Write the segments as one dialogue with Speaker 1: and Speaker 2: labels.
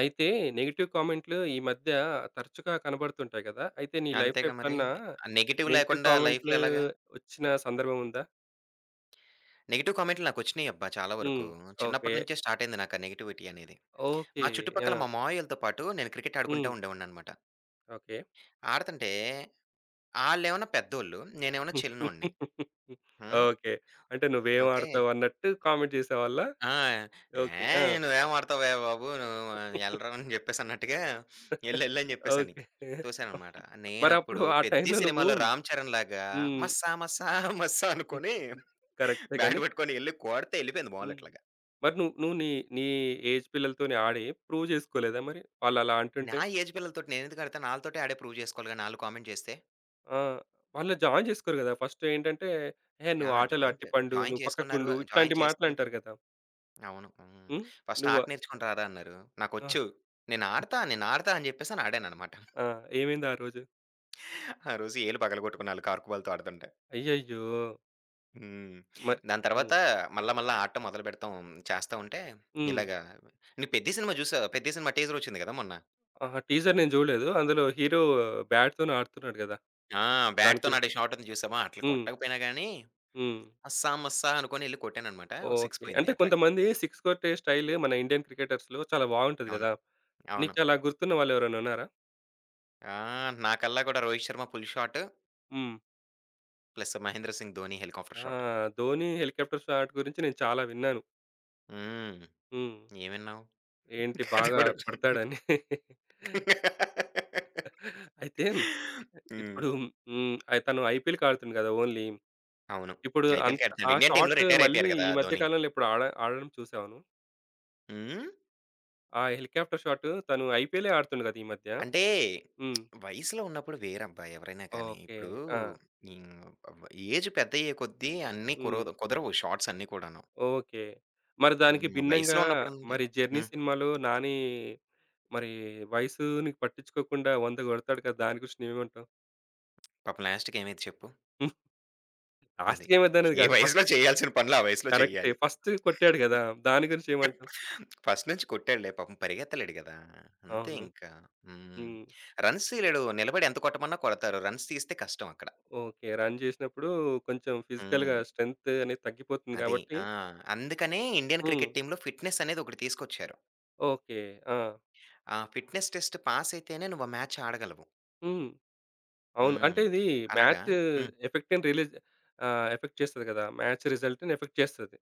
Speaker 1: అయితే నెగెటివ్ కామెంట్లు ఈ మధ్య తరచుగా కనబడుతుంటాయి కదా! అయితే నీ లైఫ్‌లో
Speaker 2: అంతేగా మరి.
Speaker 1: ఎప్పుడన్నా
Speaker 2: నెగెటివ్
Speaker 1: నెగెటివ్
Speaker 2: లేకుండా
Speaker 1: కామెంట్లు
Speaker 2: లైఫ్‌లో ఎలాగా?
Speaker 1: వచ్చిన సందర్భం ఉందా?
Speaker 2: నెగెటివ్ కామెంట్‌లు నాకొచ్చినియబ్బా! చాలా వరకు.
Speaker 1: హ్మ్. ఓకే.
Speaker 2: చిన్నప్పటి నుంచే స్టార్ట్ అయింది నాకు ఆ నెగటివిటీ అనేది.
Speaker 1: ఓకే.
Speaker 2: మా
Speaker 1: ఆ!
Speaker 2: చుట్టుపక్కల మా మావయ్యలతో పాటు నేను క్రికెట్ ఆడుకుంటా
Speaker 1: హ్మ్.
Speaker 2: ఉండేవాడిననమాట.
Speaker 1: ఓకే.
Speaker 2: ఆడతంటే ఆళ్ళేమన్నా పెద్దోళ్ళు, నేనేమన్నా చిన్నోడిని. హ్మ్.
Speaker 1: ఓకే. అంటే నువ్వేం
Speaker 2: ఓకే.
Speaker 1: ఆడతావు అన్నట్టు కామెంట్ చేసేవాళ్ళా?
Speaker 2: ఆ!
Speaker 1: ఓకే. ఆ!
Speaker 2: "ఏహ్! నువ్వేం ఆడతావే బాబు! నువ్వు ఎళ్ళరా" అని జెప్పేసి అన్నట్టుగా "ఎళ్ళెళ్ళు" అని జెప్పేసని
Speaker 1: ఓకే.
Speaker 2: తోసాననమాట.
Speaker 1: మరప్పుడు
Speaker 2: నేనప్పుడు
Speaker 1: ఆ టైంలో
Speaker 2: 'పెద్ది'
Speaker 1: నువ్వు
Speaker 2: సినిమాలో రామ్ చరణ్‌లాగా
Speaker 1: హ్మ్.
Speaker 2: మస్సా మస్సా మస్సా అనుకోని
Speaker 1: కరెక్టే గాని
Speaker 2: బ్యాట్ పట్టుకొని ఎళ్లి కొడితే ఎళ్ళిపోయింది బాల్
Speaker 1: హ్మ్.
Speaker 2: అట్లాగా.
Speaker 1: మరి నువ్వు నువ్వు నీ నీ ఏజ్ పిల్లలతోని ఆడి ప్రూవ్ చేసుకోలేదా మరి? వాళ్ళలా అంటుంటే?
Speaker 2: నా ఏజ్ పిల్లలతోటి నేనెందుకు ఆడతాను? ఆళ్ళతోటే ఆడే ప్రూవ్ జేసుకోవాలి గాని ఆళ్ళు కామెంట్ జేస్తే.
Speaker 1: ఆ! వాళ్ళు జాయిన్ చేసుకోరు గదా! ఫస్ట్ ఏంటంటే, "హే!
Speaker 2: ఆ!
Speaker 1: నువ్వు ఆటలో అట్టిపండు,
Speaker 2: జాయిన్
Speaker 1: నువ్వు
Speaker 2: చేసుకున్నారు.
Speaker 1: పక్కకుండు"
Speaker 2: జాయిన్
Speaker 1: ఇట్లాంటి మాటలంటారు
Speaker 2: చేసుకోలేదని
Speaker 1: గదా!
Speaker 2: అవును. హ్మ్.
Speaker 1: హ్మ్.
Speaker 2: "ఫస్ట్
Speaker 1: నువ్వు
Speaker 2: ఆట నేర్చుకొని రారా" అన్నారు.
Speaker 1: ఆ!
Speaker 2: నాకొచ్చు. "నేనాడతా, నేనాడతా" అని జెప్పేసని ఆడాననమాట.
Speaker 1: ఆ! ఏమైంది ఆ రోజు?
Speaker 2: ఆ రోజు ఏళ్ళు పగలగొట్టుకున్న ఆళ్ళు కార్కు బాల్‌తో ఆడుతుంటే.
Speaker 1: అయ్యయ్యో!
Speaker 2: హ్మ్.
Speaker 1: మరి
Speaker 2: దాని తర్వాత
Speaker 1: హ్మ్.
Speaker 2: మళ్ళా మళ్ళా ఆడటం మొదలు పెడతాం. చేస్తా ఉంటే
Speaker 1: హ్మ్.
Speaker 2: ఇలాగా నువ్వు 'పెద్ది' సినిమా చూసావా? 'పెద్ది' సినిమా టీజర్ వచ్చింది కదా మొన్న.
Speaker 1: ఆహా! టీజర్ నేను జూడలేదు. అందులో హీరో బ్యాట్‌తోని ఆడుతున్నాడు గదా!
Speaker 2: ఆ!
Speaker 1: దాని
Speaker 2: బ్యాట్‌తోని ఆడే
Speaker 1: గురించి
Speaker 2: షాట్ ఉంది చూసావా? అట్లా
Speaker 1: హ్మ్.
Speaker 2: కొట్టకపోయినా గాని
Speaker 1: హ్మ్.
Speaker 2: అస్సా మస్సా అనుకోని ఎళ్లి కొట్టాననమాట. ఒక 6
Speaker 1: ఓకే.
Speaker 2: పోయింది
Speaker 1: అంటే
Speaker 2: అట్లాగా.
Speaker 1: కొంతమంది సిక్స్ కొట్టే స్టైల్ మన ఇండియన్ క్రికెటర్స్‌లో చాలా బావుంటది
Speaker 2: అవును.
Speaker 1: గదా!
Speaker 2: అవును.
Speaker 1: నీకలా గుర్తున్న వాళ్ళెవరైనా ఉన్నారా?
Speaker 2: ఆ! నా కల్లా కూడా 'రోహిత్ శర్మ' పుల్ షాట్
Speaker 1: హ్మ్.
Speaker 2: ప్లస్ 'మహేంద్ర సింగ్ ధోని' హెలికాప్టర్
Speaker 1: ఆ!
Speaker 2: షాట్.
Speaker 1: 'ధోని' హెలికాప్టర్ షాట్ గురించి నేను చాలా విన్నాను.
Speaker 2: హ్మ్.
Speaker 1: హ్మ్.
Speaker 2: ఏం విన్నావు?
Speaker 1: ఏంటి
Speaker 2: అది
Speaker 1: బాగా
Speaker 2: కూడా
Speaker 1: పడతాడని. అయితే
Speaker 2: హ్మ్.
Speaker 1: ఇప్పుడు హ్మ్. తను ఐపీఎల్‌కి ఆడుతుండు కదా! ఓన్లీ.
Speaker 2: అవును.
Speaker 1: ఇప్పుడు
Speaker 2: ఐపీఎల్‌కే
Speaker 1: ఆ
Speaker 2: ఆడుతున్నాడు. ఇండియన్ టీమ్‌లో
Speaker 1: షాట్
Speaker 2: రిటైర్
Speaker 1: మళ్ళీ
Speaker 2: అయిపోయారు
Speaker 1: ఈ
Speaker 2: గదా!
Speaker 1: మధ్య
Speaker 2: ధోని.
Speaker 1: కాలంలో ఎప్పుడు ఆడడం చూసాను.
Speaker 2: హ్మ్.
Speaker 1: ఆ హెలికాప్టర్ షాట్ తను ఐపీఎలే ఆడుతుండు కదా! ఈ మధ్య.
Speaker 2: అంటే
Speaker 1: హ్మ్.
Speaker 2: వయసులో ఉన్నప్పుడు వేరబ్బా ఎవరైనా కానీ.
Speaker 1: ఓకే.
Speaker 2: ఇప్పుడు
Speaker 1: ఆ!
Speaker 2: హ్మ్. వ ఏజ్ పెద్దయ్యే కొద్దీ అన్నీ
Speaker 1: హ్మ్.
Speaker 2: కురవదు కుదరవు షాట్స్ అన్నీ కూడాను.
Speaker 1: ఓకే. మరి
Speaker 2: హ్మ్.
Speaker 1: దానికి భిన్నంగా
Speaker 2: వయసులో ఉన్నప్పుడంటే
Speaker 1: మరి 'జర్నీ'
Speaker 2: హ్మ్.
Speaker 1: సినిమాలో నాని మరి వయసుని పట్టించుకోకుండా 100 కొడతాడు కదా! దాని గురించి నువ్వేమంటావు?
Speaker 2: పాపం లాస్ట్‌కి ఏమైద్ది చెప్పు? అది.
Speaker 1: లాస్ట్‌కి ఏమైద్దనేది
Speaker 2: ఏ
Speaker 1: కాదు. ఫస్ట్
Speaker 2: వయసులో చేయాల్సిన పనులు ఆ వయసులో
Speaker 1: కరెక్టే.
Speaker 2: చేయాలి.
Speaker 1: ఫస్ట్ కొట్టాడు కదా! దాని గురించి ఏమంటావు?
Speaker 2: ఫస్ట్ నుంచి కొట్టాడులే పాపం పరిగెత్తలేడు గదా! అంతే
Speaker 1: అవును.
Speaker 2: ఇంకా. హ్మ్.
Speaker 1: హ్మ్.
Speaker 2: రన్స్ తీయలేడు. నిలబడి ఎంత కొట్టమన్నా కొడతారు. రన్స్ తీస్తే కష్టం అక్కడ.
Speaker 1: ఓకే. రన్ చేసినప్పుడు కొంచెం ఫిజికల్‌గా
Speaker 2: హ్మ్.
Speaker 1: స్ట్రెంత్ అనేది తగ్గిపోతుంది
Speaker 2: అది.
Speaker 1: కాబట్టి
Speaker 2: ఆ! అందుకనే ఇండియన్
Speaker 1: హ్మ్.
Speaker 2: క్రికెట్ టీమ్‌లో ఫిట్‌నెస్ అనేది ఒకటి తీసుకొచ్చారు.
Speaker 1: ఓకే. ఆ!
Speaker 2: ఆ ఫిట్‌నెస్ టెస్ట్ పాస్ అయితేనే నువ్వు ఆ మ్యాచ్ ఆడగలవు.
Speaker 1: హ్మ్. అవును. అంటే
Speaker 2: హ్మ్.
Speaker 1: ఇది
Speaker 2: అలాగా
Speaker 1: మ్యాచ్
Speaker 2: హ్మ్.
Speaker 1: ఎఫెక్ట్‌ని రిలీజ్ ఆహ్, ఎఫెక్ట్ చేస్తది కదా! మ్యాచ్ రిజల్ట్‌ని ఎఫెక్ట్ చేస్తది.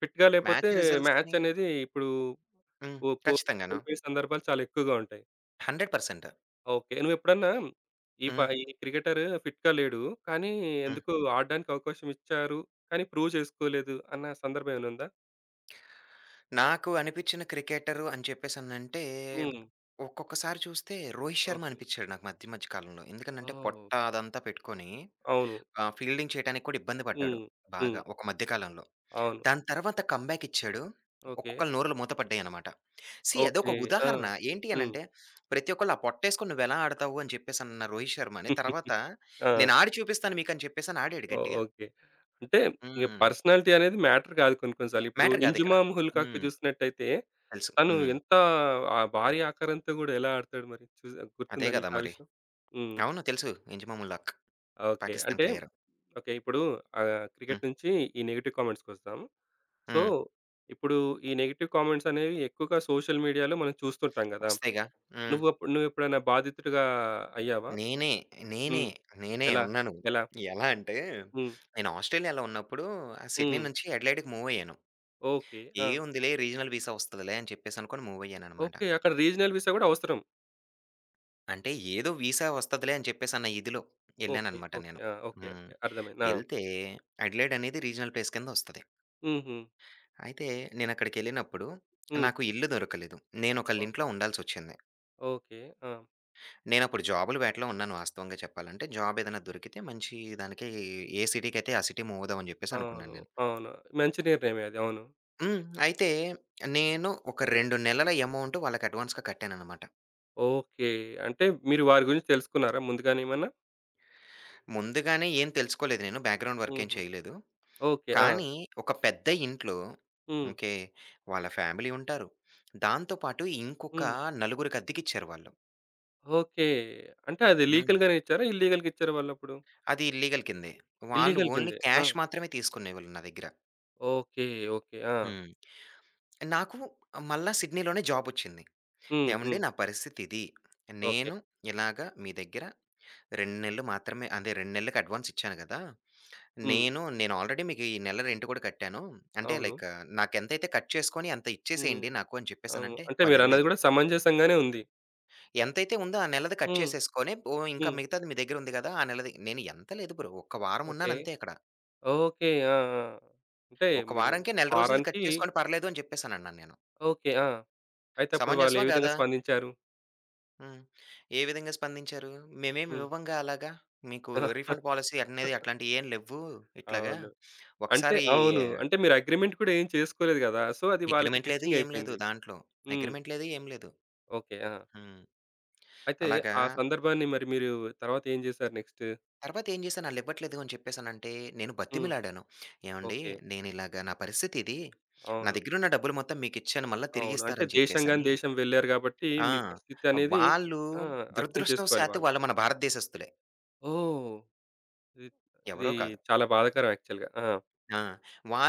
Speaker 1: ఫిట్‌గా లేపోతే
Speaker 2: మ్యాచ్
Speaker 1: మ్యాచ్
Speaker 2: రిజల్ట్స్‌ని
Speaker 1: అనేది ఇప్పుడు
Speaker 2: హ్మ్.
Speaker 1: కో కో
Speaker 2: ఖచ్చితంగాను.
Speaker 1: కోల్పోయే సందర్భాలు చాలా ఎక్కువగా ఉంటాయి.
Speaker 2: 100%.
Speaker 1: ఓకే. నువ్వెప్పుడన్నా
Speaker 2: హ్మ్.
Speaker 1: ఈ క్రికెటర్ ఫిట్‌గా లేడు. కానీ
Speaker 2: హ్మ్.
Speaker 1: ఎందుకో ఆడడానికి అవకాశం ఇచ్చారు. కానీ ప్రూవ్ చేసుకోలేదు అన్న సందర్భం ఏమైనా ఉందా?
Speaker 2: నాకు అనిపించిన క్రికెటరు అని చెప్పేసనంటే,
Speaker 1: హ్మ్.
Speaker 2: ఒక్కొక్కసారి చూస్తే 'రోహిత్ శర్మ'
Speaker 1: ఓకే.
Speaker 2: అనిపించాడు నాకు మధ్య మధ్య కాలంలో. ఎందుకనంటే
Speaker 1: ఓహ్!
Speaker 2: పొట్ట అదంతా పెట్టుకొని
Speaker 1: అవును.
Speaker 2: ఆహ్, ఫీల్డింగ్ చేయడానికి కూడా ఇబ్బంది పడ్డాడు
Speaker 1: హ్మ్. హ్మ్.
Speaker 2: బాగా ఒక మధ్య కాలంలో.
Speaker 1: అవును.
Speaker 2: దాని తర్వాత కమ్‌బ్యాక్ ఇచ్చాడు.
Speaker 1: ఓకే.
Speaker 2: ఒక్కొక్కళ్ళ నోరులు మూతపడ్డాయన్నమాట. సీ అదొక
Speaker 1: ఓకే. ఆ!
Speaker 2: ఉదాహరణ. ఏంటి
Speaker 1: హ్మ్.
Speaker 2: అనంటే, ప్రతి ఒక్కళ్ళు ఆ పొట్టేసుకొని నువ్వెలా ఆడతావు అని చెప్పేసన్న రోహిత్ శర్మని, తర్వాత
Speaker 1: ఆ!
Speaker 2: నేను ఆడి చూపిస్తాను మీకని చెప్పేసని ఆడాడు
Speaker 1: ఓ
Speaker 2: గట్టిగా.
Speaker 1: ఓకే. అంటే ఇగ
Speaker 2: హ్మ్.
Speaker 1: పర్సనాలిటీ అనేది మ్యాటర్ కాదు కొన్ని కొన్ని సార్లు. ఇప్పుడు
Speaker 2: మ్యాటర్ కాదిక్కడ.
Speaker 1: 'ఇంజమామ్ ఉల్ హక్'
Speaker 2: హ్మ్.
Speaker 1: చూసినట్టయితే
Speaker 2: తెలుసు.
Speaker 1: తను
Speaker 2: హ్మ్.
Speaker 1: ఎంత ఆ భారీ ఆకారంతో గూడా ఎలా ఆడతాడు మరి?
Speaker 2: అదే
Speaker 1: గుర్తుందా
Speaker 2: గదా
Speaker 1: నీకు ఆ
Speaker 2: మరి.
Speaker 1: విషయం? హ్మ్.
Speaker 2: అవును తెలుసు. 'ఎంజమాముల్ హక్'
Speaker 1: ఓకే.
Speaker 2: పాకిస్తాన్
Speaker 1: అంటే
Speaker 2: ప్లేయరు.
Speaker 1: ఓకే. ఇప్పుడు ఆహ్,
Speaker 2: హ్మ్.
Speaker 1: క్రికెట్ నుంచి ఈ నెగెటివ్ కామెంట్స్‌కొస్తాం. సో,
Speaker 2: హ్మ్.
Speaker 1: ఇప్పుడు ఈ నెగెటివ్ కామెంట్స్ అనేవి ఎక్కువగా సోషల్ మీడియాలో మనం చూస్తుంటాం గదా!
Speaker 2: వస్తాయిగా. హ్మ్.
Speaker 1: నువ్వు అప్పుడు నువ్వెప్పుడైనా బాధితుడిగా అయ్యావా?
Speaker 2: నేనే, నేనే,
Speaker 1: హ్మ్.
Speaker 2: నేనే
Speaker 1: ఎలా?
Speaker 2: ఉన్నాను.
Speaker 1: ఎలా?
Speaker 2: ఎలా అంటే,
Speaker 1: హ్మ్.
Speaker 2: నేను ఆస్ట్రేలియాలో ఉన్నప్పుడు ఆ సిడ్నీ
Speaker 1: హ్మ్.
Speaker 2: నుంచి అడిలైడ్‌కి మూవ్ అయ్యాను.
Speaker 1: ఓకే. ఆ!
Speaker 2: ఏముందిలే రీజనల్ వీసా వస్తదిలే అని చెప్పేసి అనుకోని మూవ్ అయ్యాననమాట.
Speaker 1: ఓకే. అక్కడ రీజనల్ వీసా గూడా అవసరం.
Speaker 2: అంటే ఏదో వీసా వస్తదిలే అని చెప్పేసి అన్న ఇదిలో
Speaker 1: ఓకే. హ్మ్.
Speaker 2: ఎళ్ళాననమాట
Speaker 1: ఓకే.
Speaker 2: నేను.
Speaker 1: ఆ! ఓకే.
Speaker 2: హ్మ్.
Speaker 1: ఓకే. అర్థమైంది. ఆ!
Speaker 2: ఎళ్తే అడిలైడ్ అనేది రీజనల్ ప్లేస్ కింద వస్తది.
Speaker 1: హుహు.
Speaker 2: అయితే నేనక్కడికెళ్ళినప్పుడు
Speaker 1: హ్మ్.
Speaker 2: నాకు ఇల్లు దొరకలేదు.
Speaker 1: ఓ
Speaker 2: నేనొకళ్ళింట్లో ఉండాల్సొచ్చింది.
Speaker 1: ఓకే. ఆ!
Speaker 2: నేనప్పుడు జాబుల వేటలో ఉన్నాను వాస్తవంగా చెప్పాలంటే. జాబ్ ఏదైనా దొరికితే మంచి దానికి ఏ సిటీకైతే ఆ సిటీ మూవ్ అవుదాం అని చెప్పేసి అనుకున్నాను
Speaker 1: అవును.
Speaker 2: నేను.
Speaker 1: అవును. మంచి నిర్ణయమే అది. అవును.
Speaker 2: హ్మ్. అయితే నేను ఒక 2 నెలల అమౌంట్ వాళ్ళకి అడ్వాన్స్‌గా కట్టాననమాట.
Speaker 1: ఓకే. అంటే మీరు వారి గురించి తెలుసుకున్నారా ముందుగానేమన్నా?
Speaker 2: ముందుగానే ఏం తెలుసుకోలేదు నేను. బ్యాక్‌గ్రౌండ్ వర్క్ ఏం
Speaker 1: హుహు.
Speaker 2: చేయలేదు.
Speaker 1: ఓకే. ఆ!
Speaker 2: కానీ ఒక పెద్ద ఇంట్లో
Speaker 1: హ్మ్.
Speaker 2: ఓకే. వాళ్ళ ఫ్యామిలీ ఉంటారు. దాంతో పాటు ఇంకొక
Speaker 1: హ్మ్.
Speaker 2: నలుగురికి అద్దెకిచ్చారు వాళ్ళు.
Speaker 1: ఓకే. అంటే అది
Speaker 2: హ్మ్.
Speaker 1: లీగల్‌గానే ఇచ్చారా? ఇల్లీగల్‌గా ఇచ్చారా వాళ్ళప్పుడు?
Speaker 2: అది ఇల్లీగల్ కిందే. వాళ్ళు
Speaker 1: ఇల్లీగల్
Speaker 2: ఓన్లీ
Speaker 1: కిందే. ఆ!
Speaker 2: క్యాష్ మాత్రమే తీసుకునేవాళ్ళు నా దగ్గర.
Speaker 1: ఓకే. ఓకే. ఆ!
Speaker 2: హ్మ్. నాకు మళ్ళా సిడ్నీలోనే జాబొచ్చింది.
Speaker 1: హ్మ్.
Speaker 2: ఏవండీ
Speaker 1: హ్మ్.
Speaker 2: నా పరిస్థితిది.
Speaker 1: ఓకే.
Speaker 2: నేను ఇలాగ మీ దగ్గర 2 నెలలు మాత్రమే అదే 2 నెలలకి అడ్వాన్స్ ఇచ్చాను గదా!
Speaker 1: హ్మ్.
Speaker 2: నేను నేను ఆల్రెడీ మీకు ఈ నెల రెంట్ కూడా కట్టాను. అంటే
Speaker 1: అవును.
Speaker 2: లైక్ నాకెంతైతే కట్ చేసుకొని అంత
Speaker 1: హ్మ్.
Speaker 2: ఇచ్చేసేయండి నాకు అని
Speaker 1: అవును.
Speaker 2: చెప్పేసనంటే
Speaker 1: అంటే మీరన్నది
Speaker 2: వాళ్ళివ్వలేదు.
Speaker 1: గూడా సమంజసంగానే ఉంది.
Speaker 2: ఎంతైతే ఉందో ఆ నెలది కట్
Speaker 1: హ్మ్.
Speaker 2: చేసేసుకొని ఓహ్! ఇంకా
Speaker 1: హ్మ్.
Speaker 2: మిగతాది మీ దగ్గర ఉంది గదా! ఆ నెలది నేను ఎంత లేదు బ్రో. ఒక్క వారం
Speaker 1: ఓకే.
Speaker 2: ఉన్నానంతే అక్కడ.
Speaker 1: ఓకే. ఆ! ఆ! అంటే
Speaker 2: ఒక్క
Speaker 1: మీరు
Speaker 2: వారానికే నెల రోజులది
Speaker 1: వారానికి
Speaker 2: కట్ చేసుకొని పర్లేదు అని చెప్పేసనన్నాను నేను.
Speaker 1: ఓకే. ఆ! అయితే అప్పుడు వాళ్ళు ఏ
Speaker 2: సమంజసమా
Speaker 1: విధంగా
Speaker 2: కాదా?
Speaker 1: స్పందించారు?
Speaker 2: హ్మ్. ఏ విధంగా స్పందించారు? మేమేమి
Speaker 1: హ్మ్.
Speaker 2: ఇవ్వంగా అలాగా. మీకు రీఫండ్ పాలిసీ అనేది అట్లాంటియేం లెవ్వు. ఇట్లాగా
Speaker 1: అవును. అంటే
Speaker 2: ఒకసారి
Speaker 1: అవును. అంటే మీరు అగ్రీమెంట్ కూడా ఏం చేసుకోలేదు గదా! సో, అది వాళ్ళకి
Speaker 2: అగ్రిమెంట్ లేదు.
Speaker 1: పిచ్చింగ్
Speaker 2: ఏం లేదు
Speaker 1: అయిపోయింది.
Speaker 2: దాంట్లో.
Speaker 1: హ్మ్.
Speaker 2: అగ్రిమెంట్ లేదు. ఏం లేదు.
Speaker 1: ఓకే. ఆ!
Speaker 2: హ్మ్.
Speaker 1: అయితే
Speaker 2: అలాగా
Speaker 1: ఆ సందర్భాన్ని మరి మీరు తర్వాత ఏం జేశారు నెక్స్ట్?
Speaker 2: తర్వాత ఏం చేశాను ఆళ్ళివ్వట్లేదు అని చెప్పేసనంటే, నేను
Speaker 1: హ్మ్.
Speaker 2: బతిమిలాడాను. "ఏవండీ
Speaker 1: ఓకే.
Speaker 2: నేనిలాగ నా పరిస్థితి ఇది. నా
Speaker 1: అవును.
Speaker 2: దగ్గరున్న డబ్బులు మొత్తం మీకిచ్చాను. మళ్ళా
Speaker 1: అవును. అంటే
Speaker 2: తిరిగిస్తారని"
Speaker 1: దేశం గాని
Speaker 2: చెప్పేసని.
Speaker 1: దేశం వెళ్లారు గాబట్టి
Speaker 2: ఆ!
Speaker 1: మీ పరిస్థితి అనేది
Speaker 2: వాళ్ళు
Speaker 1: ఆ! అర్థం చేసుకోవాలి
Speaker 2: దురదృష్టవశాత్తు
Speaker 1: వాళ్ళు.
Speaker 2: వాళ్ళు మన భారతదేశస్తులే.
Speaker 1: ఓహ్! ఇది ఇది
Speaker 2: ఎవరో కాదు.
Speaker 1: చాలా బాధాకరం యాక్చువల్‌గా. ఆ!
Speaker 2: ఆ!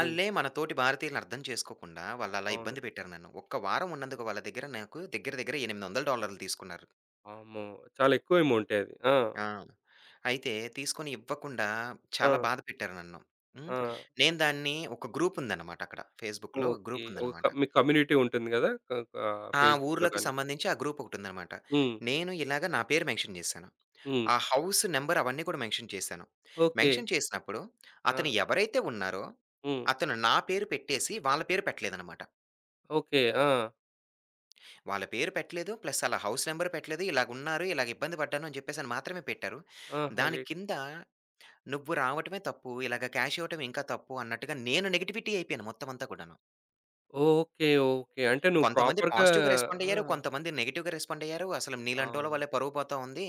Speaker 1: హ్మ్.
Speaker 2: మన తోటి భారతీయులని అర్థం చేసుకోకుండా వాళ్ళలా
Speaker 1: అవును.
Speaker 2: ఇబ్బంది పెట్టారు నన్ను. ఒక్క వారం ఉన్నందుకు వాళ్ళ దగ్గర నాకు దగ్గర దగ్గర $800 తీసుకున్నారు.
Speaker 1: వామ్మో! చాలా ఎక్కువ ఎమౌంటే అది. ఆ!
Speaker 2: ఆ! అయితే తీసుకొని ఇవ్వకుండా
Speaker 1: ఆ!
Speaker 2: చాలా బాధ పెట్టారు నన్ను. హ్మ్.
Speaker 1: ఆ!
Speaker 2: నేను దాన్ని ఒక గ్రూప్ ఉందన్నమాట అక్కడ. ఫేస్‌బుక్‌లో
Speaker 1: ఓకే.
Speaker 2: గ్రూప్
Speaker 1: ఒక క
Speaker 2: ఉందన్నమాట.
Speaker 1: మీకు కమ్యూనిటీ ఉంటుంది గదా! క క
Speaker 2: ఆ
Speaker 1: ఫేస్‌బుక్‌లో
Speaker 2: ఊర్లోకి
Speaker 1: గాని.
Speaker 2: సంబంధించి ఆ గ్రూప్ ఒకటుందన్నమాట.
Speaker 1: హ్మ్.
Speaker 2: నేను ఇలాగ నా పేరు మెన్షన్ చేశాను.
Speaker 1: హ్మ్.
Speaker 2: ఆ హౌస్ నంబర్ అవన్నీ కూడా మెన్షన్ చేశాను.
Speaker 1: ఓకే.
Speaker 2: మెన్షన్ చేసినప్పుడు అతను
Speaker 1: ఆ!
Speaker 2: ఎవరైతే ఉన్నారో
Speaker 1: హ్మ్.
Speaker 2: అతను నా పేరు పెట్టేసి వాళ్ళ పేరు పెట్టలేదన్నమాట.
Speaker 1: ఓకే. ఆ!
Speaker 2: వాళ్ళ పేరు పెట్టలేదు. ప్లస్ ఆళ్ళ హౌస్ నంబర్ పెట్టలేదు. ఇలాగున్నారు, ఇలాగ ఇబ్బంది పడ్డాను అని చెప్పేసి అని మాత్రమే పెట్టారు.
Speaker 1: ఆహా!
Speaker 2: దాని కింద నువ్వు రావటమే తప్పు. ఇలాగ క్యాష్ ఇవ్వటం ఇంకా తప్పు అన్నట్టుగా నేను నెగటివిటీ అయిపోయాను మొత్తం అంతా కూడాను.
Speaker 1: ఓకే. ఓకే. అంటే నువ్వు
Speaker 2: కొంతమంది
Speaker 1: ప్రాపర్‌గా
Speaker 2: పాజిటివ్‌గా రెస్పాండ్
Speaker 1: ఆ!
Speaker 2: అయ్యారు. కొంతమంది నెగెటివ్‌గా రెస్పాండ్ అయ్యారు. "అసలు నీలాంటోళ్ళ
Speaker 1: అవును.
Speaker 2: వల్లే పరువు పోతా ఉంది.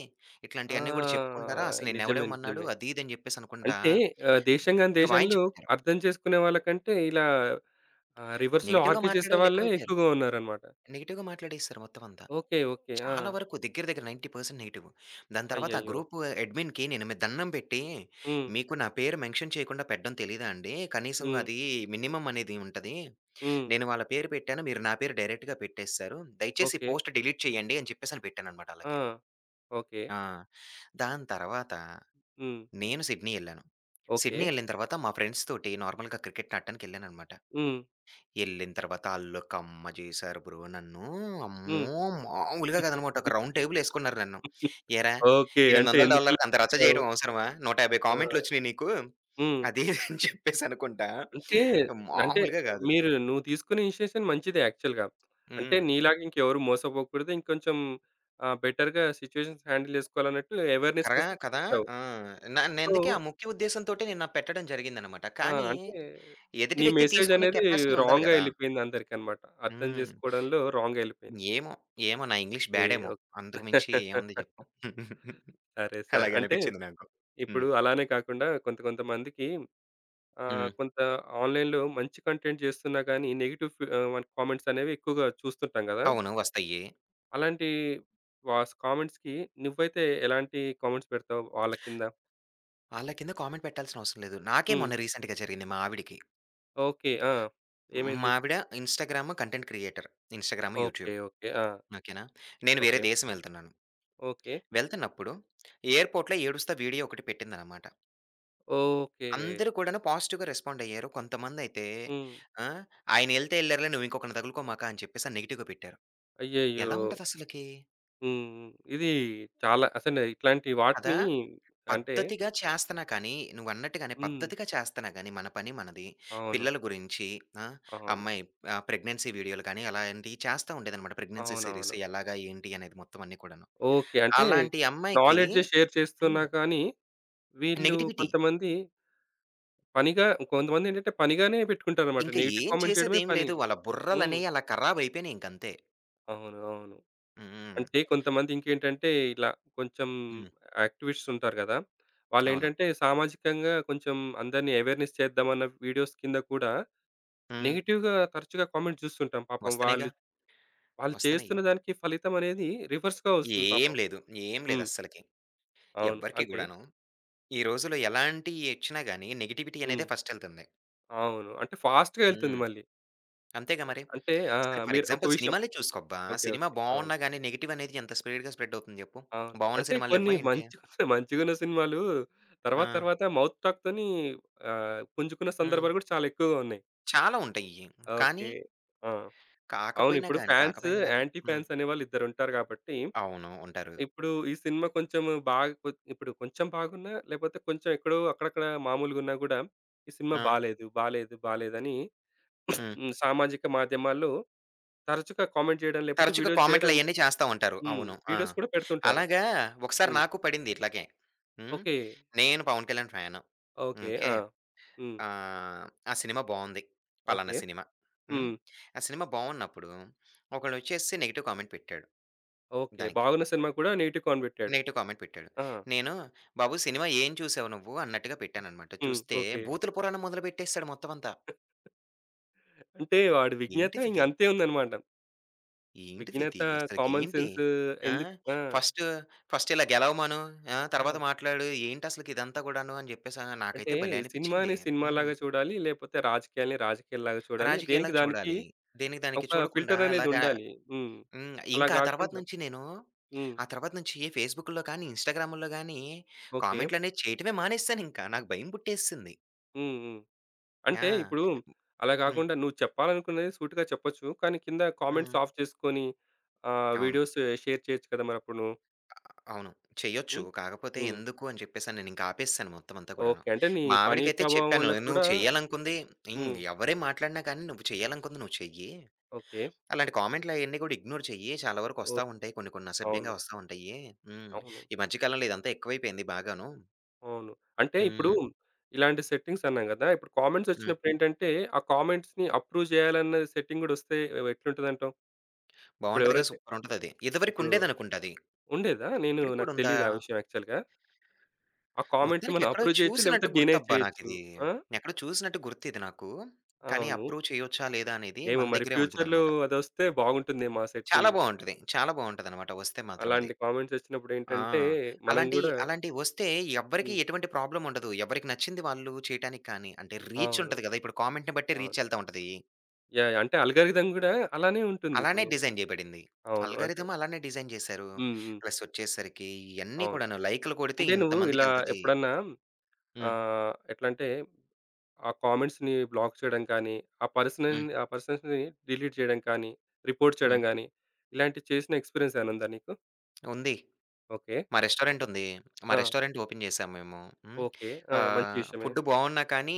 Speaker 2: ఇట్లాంటియన్నీ గూడా
Speaker 1: ఆ!
Speaker 2: చెప్పుకుంటారా? అసలు
Speaker 1: నిజమే.
Speaker 2: నిన్నెవడివ్వమన్నాడు?"
Speaker 1: నిజమే.
Speaker 2: అది ఇది అని జెప్పేసి అనుకుంటా
Speaker 1: అంటే ఆహ్, దేశం గాని
Speaker 2: గట్టిగా వాయించి
Speaker 1: దేశంలో
Speaker 2: పెట్టారు.
Speaker 1: అర్థం చేసుకునే వాళ్ళకంటే ఇలా ఆహ్, రివర్స్‌లో
Speaker 2: నెగెటివ్‌గా
Speaker 1: ఆర్గ్యూ
Speaker 2: మాట్లాడేవాళ్ళు
Speaker 1: చేసేవాళ్ళే
Speaker 2: ఎక్కువైపోయారు.
Speaker 1: ఎక్కువగా ఉన్నారనమాట.
Speaker 2: నెగెటివ్‌గా మాట్లాడేసారు మొత్తం అంతా.
Speaker 1: ఓకే. ఓకే. ఆ!
Speaker 2: చాలా వరకు దగ్గర దగ్గర 90% నెగెటివ్. దాని తర్వాత ఆ
Speaker 1: అయ్యయ్యో!
Speaker 2: గ్రూప్ అడ్మిన్‌కి నేను మీ దండం పెట్టి,
Speaker 1: హ్మ్.
Speaker 2: "మీకు నా పేరు మెన్షన్ చేయకుండా పెట్టడం తెలీదా అండి? కనీసం
Speaker 1: హ్మ్.
Speaker 2: అది మినిమమ్ అనేది ఉంటది."
Speaker 1: హ్మ్.
Speaker 2: నేను వాళ్ళ పేరు పెట్టాను. మీరు నా పేరు డైరెక్ట్‌గా పెట్టేసారు. దయచేసి
Speaker 1: ఓకే.
Speaker 2: పోస్ట్ డిలీట్ చేయండి అని చెప్పేసి అని పెట్టాననమాట
Speaker 1: ఆ!
Speaker 2: ఆళ్ళకి.
Speaker 1: ఓకే.
Speaker 2: ఆ! దాని తర్వాత
Speaker 1: హ్మ్.
Speaker 2: నేను సిడ్నీ ఎళ్ళాను.
Speaker 1: ఓకే.
Speaker 2: సిడ్నీ ఎళ్ళిన తర్వాత మా ఫ్రెండ్స్ తోటి నార్మల్‌గా క్రికెట్‌ని ఆడటానికెళ్ళాననమాట.
Speaker 1: హ్మ్.
Speaker 2: ఎళ్ళిన తర్వాత ఆళ్ళు కమ్మ చేశారు బ్రో నన్ను. అమ్మో!
Speaker 1: హ్మ్.
Speaker 2: మామూలుగా కాదనమాట. ఒక రౌండ్ టేబుల్ ఏసుకున్నారు నన్ను. "ఏరా
Speaker 1: ఓకే. అంటే ఎందుకిలా
Speaker 2: $800కి అంత రచ్చ
Speaker 1: చేసావు?
Speaker 2: చేయడం అవసరమా? 150
Speaker 1: ఆ!
Speaker 2: కామెంట్‌లొచ్చినియి నీకు."
Speaker 1: హ్మ్.
Speaker 2: అది ఇది అని చెప్పేసి అనుకుంటా
Speaker 1: అంటే, అంటే
Speaker 2: మామూలుగా కాదు.
Speaker 1: మీరు నువ్వు తీసుకున్న ఇనిషియేషన్ మంచిదే యాక్చువల్‌గా. అంటే
Speaker 2: హ్మ్.
Speaker 1: నీలాగా ఇంకెవరు మోసపోకూడదు. ఇంకొంచెం ఆహ్, బెటర్‌గా సిట్యుయేషన్స్ హ్యాండిల్ చేసుకోవాలన్నట్టు అవేర్‌నెస్
Speaker 2: కరగా
Speaker 1: కోసం
Speaker 2: కదా!
Speaker 1: చెప్పావు.
Speaker 2: ఆ!
Speaker 1: సో
Speaker 2: నేనందుకే ఆ ముఖ్య ఉద్దేశంతోటే నేను నా పెట్టడం జరిగిందనమాట.
Speaker 1: ఆ!
Speaker 2: కానీ,
Speaker 1: అంటే
Speaker 2: ఎదుటి
Speaker 1: నీ
Speaker 2: వ్యక్తి
Speaker 1: మెసేజ్
Speaker 2: తీసుకునే
Speaker 1: అనేది
Speaker 2: కెపాసిటీ ఉండాలి
Speaker 1: రాంగ్‌గా
Speaker 2: గదా!
Speaker 1: ఎళ్ళిపోయింది అందరికన్నమాట. అర్థం
Speaker 2: హ్మ్.
Speaker 1: చేసుకోవడంలో రాంగ్‌గా ఎళ్ళిపోయింది.
Speaker 2: ఏమో, ఏమో నా ఇంగ్లీష్
Speaker 1: ఏ
Speaker 2: బ్యాడేమో!
Speaker 1: ఓకే.
Speaker 2: అంతకు మించి ఏముంది జెప్పు.
Speaker 1: సరే. సరే.
Speaker 2: అలాగే
Speaker 1: అంటే
Speaker 2: అనిపిచ్చింది నాకు.
Speaker 1: ఇప్పుడు
Speaker 2: హ్మ్.
Speaker 1: అలానే కాకుండా కొంతమందికి ఆహ్,
Speaker 2: హ్మ్.
Speaker 1: కొంత ఆన్‌లైన్‌లో మంచి కంటెంట్ చేస్తున్నా గానీ నెగెటివ్ ఆహ్, మన కామెంట్స్ అనేవి ఎక్కువగా చూస్తుంటాం గదా!
Speaker 2: అవును. వస్తయ్యి.
Speaker 1: అలాంటి కామెంట్స్‌కి నువ్వైతే ఎలాంటి కామెంట్స్ పెడతావు వాళ్ళ కింద?
Speaker 2: ఆళ్ళ కింద కామెంట్ పెట్టాల్సిన అవసరం లేదు. నాకే
Speaker 1: హ్మ్.
Speaker 2: మొన్న రీసెంట్‌గా జరిగింది మా ఆవిడకి.
Speaker 1: ఓకే. ఆ!
Speaker 2: మా
Speaker 1: ఏమైంది?
Speaker 2: ఆవిడ Instagram content creator. Instagram,
Speaker 1: okay.
Speaker 2: YouTube.
Speaker 1: Okay. ఆ!
Speaker 2: ఓకేనా? నేను వేరే
Speaker 1: ఓకే.
Speaker 2: దేశం వెళ్తున్నాను.
Speaker 1: ఓకే.
Speaker 2: వెళ్తున్నప్పుడు ఎయిర్‌పోర్ట్‌లో ఏడుస్తా వీడియో ఒకటి పెట్టిందనమాట.
Speaker 1: ఓకే.
Speaker 2: అందరూ కూడాను పాజిటివ్‌గా రెస్పాండయ్యారు. కొంతమందయితే
Speaker 1: హ్మ్.
Speaker 2: ఆ! ఆయనెళ్తే ఎళ్లారులే నువ్వు ఇంకొకడిని తగులుకోమాక అని చెప్పేసి అని నెగెటివ్‌గా పెట్టారు.
Speaker 1: అయ్యయ్యో!
Speaker 2: ఎలా ఉంటదసలకి?
Speaker 1: హ్మ్. హ్మ్. ఇది చాలా అసలు ఇట్లాంటి
Speaker 2: కదా!
Speaker 1: వాటిని అంటే
Speaker 2: పద్ధతిగా చేస్తన్నా కానీ నువ్వన్నట్టుగానే
Speaker 1: హ్మ్.
Speaker 2: పద్ధతిగా చేస్తన్నా గానీ మన పని మనది.
Speaker 1: అవును.
Speaker 2: పిల్లల గురించి ఆ!
Speaker 1: అవును.
Speaker 2: అమ్మాయి ఆహ్, ప్రెగ్నెన్సీ వీడియోలు కానీ అలాంటియి చేస్తా ఉండేదనమాట. ప్రెగ్నెన్సీ సీరీస్
Speaker 1: అవునవును.
Speaker 2: ఎలాగా? ఏంటి? అనేది మొత్తం అన్నీ కూడాను.
Speaker 1: ఓకే. అంటే
Speaker 2: అలాంటి అమ్మాయికి
Speaker 1: నాలెడ్జే షేర్ చేస్తున్నా
Speaker 2: హ్మ్.
Speaker 1: కానీ, వీళ్ళు
Speaker 2: నెగటివిటీ.
Speaker 1: కొంతమంది పనిగా కొంతమందేంటంటే పనిగానే పెట్టుకుంటారన్నమాట.
Speaker 2: ఇంక
Speaker 1: నెగెటివ్
Speaker 2: ఏం
Speaker 1: కామెంట్ చేయడమే
Speaker 2: చేసేదేం లేదు.
Speaker 1: పనిగా.
Speaker 2: వాళ్ళ
Speaker 1: హ్మ్.
Speaker 2: బుర్రలనేయి అలా ఖరాబయిపోయినియి ఇంకంతే.
Speaker 1: అవును. అవును.
Speaker 2: హ్మ్.
Speaker 1: అంటే కొంతమంది ఇంకేంటంటే ఇలా కొంచెం
Speaker 2: హ్మ్.
Speaker 1: యాక్టివిస్ట్స్ ఉంటారు గదా!
Speaker 2: అవును.
Speaker 1: వాళ్ళేంటంటే సామాజికంగా కొంచెం అందరిని అవేర్‌నెస్ చేద్దామన్న వీడియోస్ కింద కూడా
Speaker 2: హ్మ్.
Speaker 1: నెగెటివ్‌గా తరచుగా కామెంట్స్ చూస్తుంటాం. పాపం వాళ్ళు,
Speaker 2: వస్తున్నాయిగా.
Speaker 1: వాళ్ళు
Speaker 2: వస్తున్నాయి.
Speaker 1: చేస్తున్న దానికి ఫలితం అనేది రివర్స్‌గా వస్తుంది
Speaker 2: ఏం
Speaker 1: పాపం.
Speaker 2: లేదు. ఏం లేదు
Speaker 1: హ్మ్.
Speaker 2: అస్సలకి.
Speaker 1: అవును.
Speaker 2: ఎవ్వరికీ
Speaker 1: అంటే
Speaker 2: గూడాను. ఈ రోజుల్లో ఎలాంటియి ఒచ్చినా గాని నెగటివిటీ అనేదే
Speaker 1: హ్మ్.
Speaker 2: ఫస్ట్ ఎళ్తుంది.
Speaker 1: అవును. అంటే ఫాస్ట్‌గా ఎళ్తుంది
Speaker 2: హ్మ్.
Speaker 1: మళ్ళీ.
Speaker 2: అంతేగా మరి.
Speaker 1: అంటే ఆ!
Speaker 2: సరే ఫర్
Speaker 1: మీరు ఒక
Speaker 2: ఎగ్జాంపుల్
Speaker 1: విషయం
Speaker 2: సినిమాలే చూసుకోబ్బా!
Speaker 1: ఓకే.
Speaker 2: Cinema
Speaker 1: okay. అవును.
Speaker 2: బావున్నా గాని నెగెటివ్ అనేది ఎంత స్పీడ్‌గా స్ప్రెడ్ అవుతుంది జెప్పు.
Speaker 1: అవును.
Speaker 2: బావున్న
Speaker 1: అంటే
Speaker 2: సినిమాలు
Speaker 1: కొన్ని
Speaker 2: లెవ్వా ఏంటి?
Speaker 1: మంచి మంచిగున్న సినిమాలు
Speaker 2: ఆ!
Speaker 1: తర్వాత తర్వాత మౌత్ టాక్‌తోని ఆహ్, పుంజుకున్న
Speaker 2: హ్మ్.
Speaker 1: సందర్భాలు కూడా చాలా ఎక్కువగా ఉన్నాయి.
Speaker 2: చాలా ఉంటాయి. కానీ
Speaker 1: ఓకే. ఆ! అవును.
Speaker 2: కాకపోయినా
Speaker 1: ఇప్పుడు
Speaker 2: గాని,
Speaker 1: ఫాన్స్,
Speaker 2: కాకపోయినా గాని
Speaker 1: యాంటీ
Speaker 2: హ్మ్.
Speaker 1: ఫాన్స్ అనేవాళ్ళు ఇద్దరుంటారు కాబట్టి,
Speaker 2: అవును. ఉంటారు.
Speaker 1: ఇప్పుడు ఈ సినిమా కొంచెం బాగా కొ ఇప్పుడు కొంచెం బాగున్నా, లేకపోతే కొంచెం ఎక్కడో అక్కడక్కడ మామూలుగున్నా గూడా, ఈ సినిమా
Speaker 2: ఆ!
Speaker 1: బాలేదు, బాలేదు, బాలేదని
Speaker 2: హ్మ్.
Speaker 1: హ్మ్. సామాజిక మాధ్యమాల్లో తరచుగా కామెంట్ చేయడం లేకపోతే
Speaker 2: తరచుగా
Speaker 1: వీడియోలు చేయడం.
Speaker 2: కామెంట్‌లయన్నీ చేస్తా ఉంటారు.
Speaker 1: హ్మ్.
Speaker 2: అవును. ఆ!
Speaker 1: వీడియోస్ కూడా పెడుతుంటారు.
Speaker 2: అలాగా ఒకసారి
Speaker 1: హ్మ్.
Speaker 2: నాకు పడింది ఇట్లాగే. హ్మ్.
Speaker 1: ఓకే.
Speaker 2: నేను 'Pawan Kalyan' fan.
Speaker 1: Okay.
Speaker 2: Okay.
Speaker 1: ఆ! హ్మ్.
Speaker 2: ఆహ్, ఆ సినిమా బావుంది. పలానా
Speaker 1: ఓకే.
Speaker 2: సినిమా. హ్మ్.
Speaker 1: హ్మ్.
Speaker 2: ఆ సినిమా బావున్నప్పుడు ఒకళ్ళొచ్చేసి నెగెటివ్ కామెంట్ పెట్టాడు
Speaker 1: ఓకే.
Speaker 2: దానికి.
Speaker 1: 'బాగున్న' సినిమా కూడా నెగెటివ్ కామెంట్ పెట్టాడు.
Speaker 2: నెగెటివ్ కామెంట్ పెట్టాడు.
Speaker 1: ఆ!
Speaker 2: నేను "బాబు సినిమా ఏం చూసావు నువ్వు?" అన్నట్టుగా పెట్టాననమాట.
Speaker 1: హ్మ్.
Speaker 2: చూస్తే
Speaker 1: ఓకే.
Speaker 2: భూతుల పురాణం మొదలుపెట్టేసాడు మొత్తం అంతా.
Speaker 1: అంటే వాడి విజ్ఞత ఇంక
Speaker 2: ఏంటిదిది?
Speaker 1: అంతే ఉందన్నమాట. విజ్ఞత,
Speaker 2: ఏంటిదిది?
Speaker 1: కామన్
Speaker 2: అసలకేంటి?
Speaker 1: సెన్స్
Speaker 2: ఆ!
Speaker 1: ఎందుకు ఆ!
Speaker 2: ఫస్ట్, ఫస్ట్ ఇలా గెలవమను, ఆ! తర్వాత
Speaker 1: ఆ!
Speaker 2: మాట్లాడు. ఏంటసలకి ఇదంతా కూడాను అని జెప్పేసని
Speaker 1: అంటే
Speaker 2: నాకైతే భలే అనిపిచ్చింది.
Speaker 1: సినిమాని
Speaker 2: హ్మ్.
Speaker 1: సినిమాలాగా చూడాలి. లేకపోతే రాజకీయాల్ని రాజకీయాల్లాగా చూడాలి. దేనికి
Speaker 2: రాజకీయాల్లాగా
Speaker 1: దానికి
Speaker 2: చూడాలి. దేనికి దానికి
Speaker 1: ఒక
Speaker 2: చూడకుండా
Speaker 1: ఫిల్టర్ అనేది
Speaker 2: ఇలాగా
Speaker 1: ఉండాలి. హ్మ్.
Speaker 2: హ్మ్.
Speaker 1: అలా
Speaker 2: ఇంకా ఆ తర్వాత
Speaker 1: గాకుండా
Speaker 2: నుంచి నేను
Speaker 1: హ్మ్.
Speaker 2: ఆ తర్వాత నుంచి ఫేస్‌బుక్‌లో కానీ, ఇన్‌స్టాగ్రాముల్లో గానీ
Speaker 1: ఓకే.
Speaker 2: కామెంట్‌లనేవి చేయటమే మానేసానింకా. నాకు భయం పుట్టేసింది.
Speaker 1: హ్మ్. హ్మ్. అంటే
Speaker 2: ఆ!
Speaker 1: ఇప్పుడు అలా
Speaker 2: హ్మ్.
Speaker 1: గాకుండా నువ్వు చెప్పాలనుకున్నది సూటిగా చెప్పొచ్చు. కానీ కింద కామెంట్స్
Speaker 2: హ్మ్.
Speaker 1: ఆఫ్ చేసుకొని ఆహ్,
Speaker 2: అవును.
Speaker 1: వీడియోస్ షేర్ చేయొచ్చు కదా! మరప్పుడు నువ్వు.
Speaker 2: అవును. చెయ్యొచ్చు.
Speaker 1: హ్మ్.
Speaker 2: కాకపోతే
Speaker 1: హ్మ్.
Speaker 2: ఎందుకు అని చెప్పేసని నేనింక ఆపేసాను మొత్తం అంతా కూడాను.
Speaker 1: ఓకే. అంటే నీ
Speaker 2: మా
Speaker 1: పని
Speaker 2: ఆవిడకైతే
Speaker 1: ప్రభావం
Speaker 2: చెప్పాను.
Speaker 1: వల్ల
Speaker 2: "నువ్వు
Speaker 1: కూడా
Speaker 2: చెయ్యాలనుకుంది హ్మ్.
Speaker 1: హ్మ్.
Speaker 2: ఎవరేం మాట్లాడినా కానీ నువ్వు చేయాలనుకుంది నువ్వు చెయ్యి.
Speaker 1: ఓకే.
Speaker 2: అలాంటి కామెంట్‌లు అయన్నీ కూడా ఇగ్నోర్ చెయ్యి. చాలా వరకు వస్తా
Speaker 1: ఓహ్!
Speaker 2: ఉంటాయి. కొన్ని కొన్ని అసభ్యంగా
Speaker 1: అవును.
Speaker 2: వస్తా ఉంటాయి. హ్మ్.
Speaker 1: అవును.
Speaker 2: ఈ మధ్య కాలంలో ఇదంతా ఎక్కువైపోయింది బాగాను.
Speaker 1: అవును. అంటే ఇప్పుడు
Speaker 2: హ్మ్.
Speaker 1: ఇలాంటి సెట్టింగ్స్ అన్నాం గదా! ఇప్పుడు కామెంట్స్
Speaker 2: హ్మ్.
Speaker 1: ఒచ్చినప్పుడేంటంటే, ఆ కామెంట్స్‌ని అప్రూవ్ జేయాలన్న సెట్టింగ్ గూడా ఒస్తే ఎట్లుంటదంటావు? ఇప్పుడు
Speaker 2: బావుంటదిగా
Speaker 1: ఎవరైతే
Speaker 2: సూపరుంటదది." ఇదివరకు
Speaker 1: ఇప్పుడు
Speaker 2: ఉండేదనుకుంట అది.
Speaker 1: ఉండేదా? నేను
Speaker 2: ఇప్పటికి కూడా
Speaker 1: నాకు
Speaker 2: ఉందా?
Speaker 1: తెలీదు ఆ విషయం యాక్చువల్‌గా. ఆ కామెంట్‌ని
Speaker 2: మొత్తానికి
Speaker 1: మనం
Speaker 2: ఎక్కడో
Speaker 1: అప్రూవ్ జేయొచ్చు లేకపోతే
Speaker 2: చూసినట్టు
Speaker 1: డినై
Speaker 2: గుర్తబ్బా
Speaker 1: చేయొచ్చు.
Speaker 2: నాకిది.
Speaker 1: ఆ!
Speaker 2: ఎక్కడో చూసినట్టు గుర్తిది నాకు. కానీ
Speaker 1: అవును.
Speaker 2: అప్రూవ్ చేయొచ్చా లేదా అనేది
Speaker 1: ఏమో
Speaker 2: మన
Speaker 1: మరి
Speaker 2: దగ్గరే
Speaker 1: ఫ్యూచర్‌లో
Speaker 2: ఉంటదనమాట.
Speaker 1: అదొస్తే బాగుంటుందేమో ఆ
Speaker 2: చాలా
Speaker 1: సెట్టింగ్.
Speaker 2: బావుంటది. చాలా బావుంటదనమాట వస్తే మాత్రం అది.
Speaker 1: అలాంటి కామెంట్స్ వచ్చినప్పుడు
Speaker 2: ఆ!
Speaker 1: ఏంటంటే మనం
Speaker 2: అలాంటి
Speaker 1: గూడా
Speaker 2: అలాంటియి వస్తే ఎవ్వరికీ
Speaker 1: హ్మ్.
Speaker 2: ఎటువంటి ప్రాబ్లముండదు. ఎవరికి నచ్చింది వాళ్ళు చేయటానికి కానీ, అంటే రీచ్
Speaker 1: అవును.
Speaker 2: ఉంటది గదా! ఇప్పుడు కామెంట్‌ని బట్టి
Speaker 1: అవును.
Speaker 2: రీచ్ ఎళ్తా ఉంటది.
Speaker 1: యాహ్! యాహ్! అంటే అల్గారిథం గూడా అలానే ఉంటుంది
Speaker 2: అలానే
Speaker 1: ఇప్పుడు.
Speaker 2: డిజైన్ జేయబడింది.
Speaker 1: అవును. అంటే
Speaker 2: ఆల్గారిథమ్ అలానే డిజైన్ జేశారు.
Speaker 1: హ్మ్. హ్మ్.
Speaker 2: ప్లస్ వచ్చేసరికి ఇయన్నీ
Speaker 1: అవును.
Speaker 2: కూడాను లైకులు కొడితే
Speaker 1: అంటే నువ్వు ఇలా
Speaker 2: ఇంతమందికెళ్తది.
Speaker 1: ఎప్పుడన్నా
Speaker 2: హ్మ్.
Speaker 1: ఆహ్, ఎట్లంటే ఆ కామెంట్స్‌ని బ్లాక్ చేయడం కానీ,
Speaker 2: హ్మ్.
Speaker 1: ఆ పర్సన్స్‌ని డిలీట్ చేయడం కానీ, రిపోర్ట్ చేయడం
Speaker 2: హ్మ్.
Speaker 1: గానీ, ఇలాంటివి చేసిన ఎక్స్‌పీరియన్స్ ఏమైనా ఉందా నీకు?
Speaker 2: ఉంది.
Speaker 1: ఓకే.
Speaker 2: మా
Speaker 1: ఒక
Speaker 2: రెస్టారెంటుంది. మా
Speaker 1: ఆ!
Speaker 2: రెస్టారెంట్ ఓపెన్ జేశాం మేము. హ్మ్.
Speaker 1: ఓకే. ఆ! మంచి
Speaker 2: ఆహ్,
Speaker 1: విషయమే.
Speaker 2: ఫుడ్ బావున్నా కానీ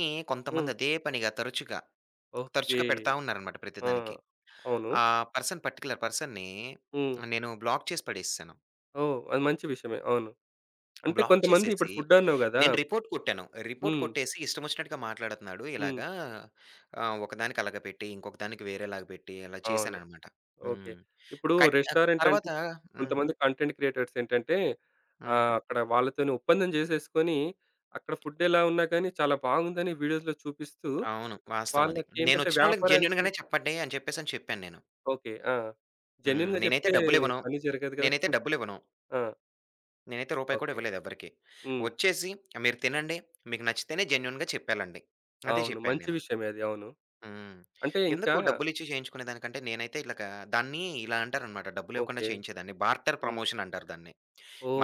Speaker 1: హ్మ్.
Speaker 2: కొంతమంది అదే పనిగా తరచుగా
Speaker 1: ఓకే.
Speaker 2: తరచుగా పెడతా ఉన్నారనమాట
Speaker 1: ఆ!
Speaker 2: ప్రతిదానికి.
Speaker 1: అవును.
Speaker 2: ఆ పర్టిక్యులర్ పర్సన్‌ని
Speaker 1: హ్మ్.
Speaker 2: నేను బ్లాక్ చేసి పడేసేసాను.
Speaker 1: ఓహ్! అది మంచి విషయమే. అవును. అంటే
Speaker 2: బ్లాక్
Speaker 1: కొంతమంది ఇప్పుడు
Speaker 2: చేసేసి
Speaker 1: ఫుడ్ అన్నావు గదా!
Speaker 2: నేను రిపోర్ట్ కొట్టాను. రిపోర్ట్
Speaker 1: హ్మ్.
Speaker 2: కొట్టేసి ఇష్టమొచ్చినట్టుగా మాట్లాడుతున్నాడు
Speaker 1: హ్మ్.
Speaker 2: ఇలాగా ఆహ్, ఒకదానికి అలాగ పెట్టి, ఇంకొక దానికి వేరేలాగా పెట్టి అలా
Speaker 1: అవును.
Speaker 2: చేశాననమాట.
Speaker 1: ఓకే.
Speaker 2: హ్మ్.
Speaker 1: ఇప్పుడు
Speaker 2: కట్ ఆహ్,
Speaker 1: రెస్టారెంట్ అంటే
Speaker 2: తర్వాత హ్మ్.
Speaker 1: కొంతమంది కంటెంట్ క్రియేటర్స్ ఏంటంటే
Speaker 2: హ్మ్.
Speaker 1: ఆహ్, అక్కడ వాళ్ళతోని ఒప్పందం చేసేసుకొని అక్కడ ఫుడ్ ఎలా ఉన్నా కానీ చాలా బాగుందని వీడియోస్‌లో చూపిస్తూ
Speaker 2: అవును. వాస్తవం అది.
Speaker 1: వాళ్ళకేంటంటే
Speaker 2: నేనొచ్చినోళ్ళకి
Speaker 1: వ్యాపారానికి
Speaker 2: జెన్యూన్‌గానే చెప్పండి అని చెప్పేసని చెప్పాను నేను.
Speaker 1: ఓకే. ఆ!
Speaker 2: హ్మ్.
Speaker 1: జెన్యూన్‌గా
Speaker 2: నేనైతే
Speaker 1: చెప్తే
Speaker 2: డబ్బులివ్వను.
Speaker 1: పని జరగదు గదా!
Speaker 2: నేనైతే డబ్బులివ్వను.
Speaker 1: ఆ!
Speaker 2: నేనైతే రూపాయి కూడా
Speaker 1: ఓకే.
Speaker 2: ఇవ్వలేదు ఎవ్వరికీ.
Speaker 1: హ్మ్.
Speaker 2: వచ్చేసి మీరు తినండి. మీకు నచ్చితేనే జెన్యూన్‌గా చెప్పేళ్ళండి. అదే
Speaker 1: అవును.
Speaker 2: చెప్పాను
Speaker 1: మంచి
Speaker 2: నేను.
Speaker 1: విషయమే అది. అవును.
Speaker 2: హ్మ్.
Speaker 1: అంటే ఇంకా
Speaker 2: ఎందుకు డబ్బులిచ్చి చేయించుకునే దానికంటే నేనైతే ఇలాగా దాన్ని ఇలా అంటారనమాట. డబ్బులివ్వకుండా
Speaker 1: ఓకే.
Speaker 2: చేయించేదాన్ని. బార్టర్
Speaker 1: హ్మ్.
Speaker 2: ప్రమోషన్ అంటారు దాన్ని.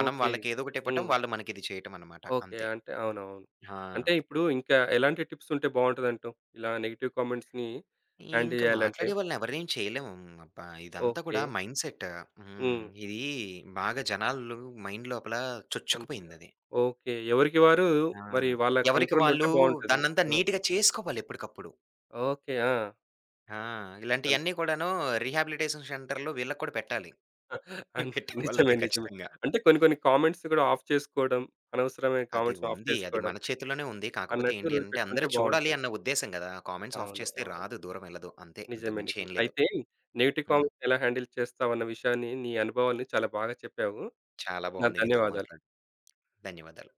Speaker 2: మనం వాళ్ళకి ఏదో ఒకటి ఇవ్వటం,
Speaker 1: హ్మ్.
Speaker 2: వాళ్ళు మనకిది చేయటం అనమాట
Speaker 1: ఓకే.
Speaker 2: అంతే.
Speaker 1: అంటే అవునవును.
Speaker 2: ఆ!
Speaker 1: అంటే ఇప్పుడు ఇంకా ఎలాంటి టిప్స్ ఉంటే బావుంటదంటావు? ఇలా నెగెటివ్ కామెంట్స్‌ని హ్యాండిల్
Speaker 2: ఇంక
Speaker 1: చేయాలంటే?
Speaker 2: మాట్లాడే వాళ్ళని ఎవరినేం చేయలేము. అబ్బా! ఇదంతా
Speaker 1: ఓకే.
Speaker 2: కూడా మైండ్‌సెట్. హ్మ్.
Speaker 1: హ్మ్.
Speaker 2: ఇది బాగా జనాలు మైండ్ లోపల
Speaker 1: అంటే
Speaker 2: చొచ్చుకుపోయిందది.
Speaker 1: ఓకే. ఎవరికి వారు
Speaker 2: ఆ!
Speaker 1: మరి వాళ్ళ
Speaker 2: ఎవరికి
Speaker 1: కంట్రోల్‌లో ఉంటే
Speaker 2: వాళ్ళు
Speaker 1: బావుంటది.
Speaker 2: దాన్నంతా
Speaker 1: ఆ!
Speaker 2: నీట్‌గా చేసుకోవాలి ఎప్పటికప్పుడు.
Speaker 1: ఓకే. ఆ!
Speaker 2: ఆ!
Speaker 1: అన్
Speaker 2: ఇలాంటియన్నీ కూడాను రీహాబిలిటేషన్ సెంటర్‌లో వీళ్ళకి కూడా పెట్టాలి. పెట్టే
Speaker 1: నిజమే.
Speaker 2: వాళ్ళకే
Speaker 1: నిజమే.
Speaker 2: ఖచ్చితంగా.
Speaker 1: అంటే కొన్ని కొన్ని కామెంట్స్ కూడా ఆఫ్ చేసుకోవడం, అనవసరమైన
Speaker 2: అది
Speaker 1: కామెంట్స్ ఆఫ్
Speaker 2: ఉంది. అది
Speaker 1: చేసుకోవడం
Speaker 2: మన చేతుల్లోనే ఉంది. కాకపోతే ఏంటి
Speaker 1: అన్నట్టు
Speaker 2: అనంటే
Speaker 1: పెట్టుకుంటే
Speaker 2: అందరూ చూడాలి
Speaker 1: బావుంటది.
Speaker 2: అన్న ఉద్దేశ్యం గదా! కామెంట్స్ ఆఫ్
Speaker 1: అవును.
Speaker 2: చేస్తే
Speaker 1: అవును.
Speaker 2: రాదు. దూరం ఎళ్ళదు. అంతే. అంతకు
Speaker 1: నిజమే.
Speaker 2: మించి
Speaker 1: నిజమే.
Speaker 2: ఏం లేదు.
Speaker 1: అయితే నెగెటివ్
Speaker 2: హ్మ్.
Speaker 1: కామెంట్స్‌ని ఎలా హ్యాండిల్ చేస్తావన్న విషయాన్ని నీ అనుభవాల్ని చాలా బాగా చెప్పావు.
Speaker 2: చాలా
Speaker 1: నా
Speaker 2: బావుంది నీతోటి
Speaker 1: ధన్యవాదాలు.
Speaker 2: మాట్లాడడం. ధన్యవాదాలు.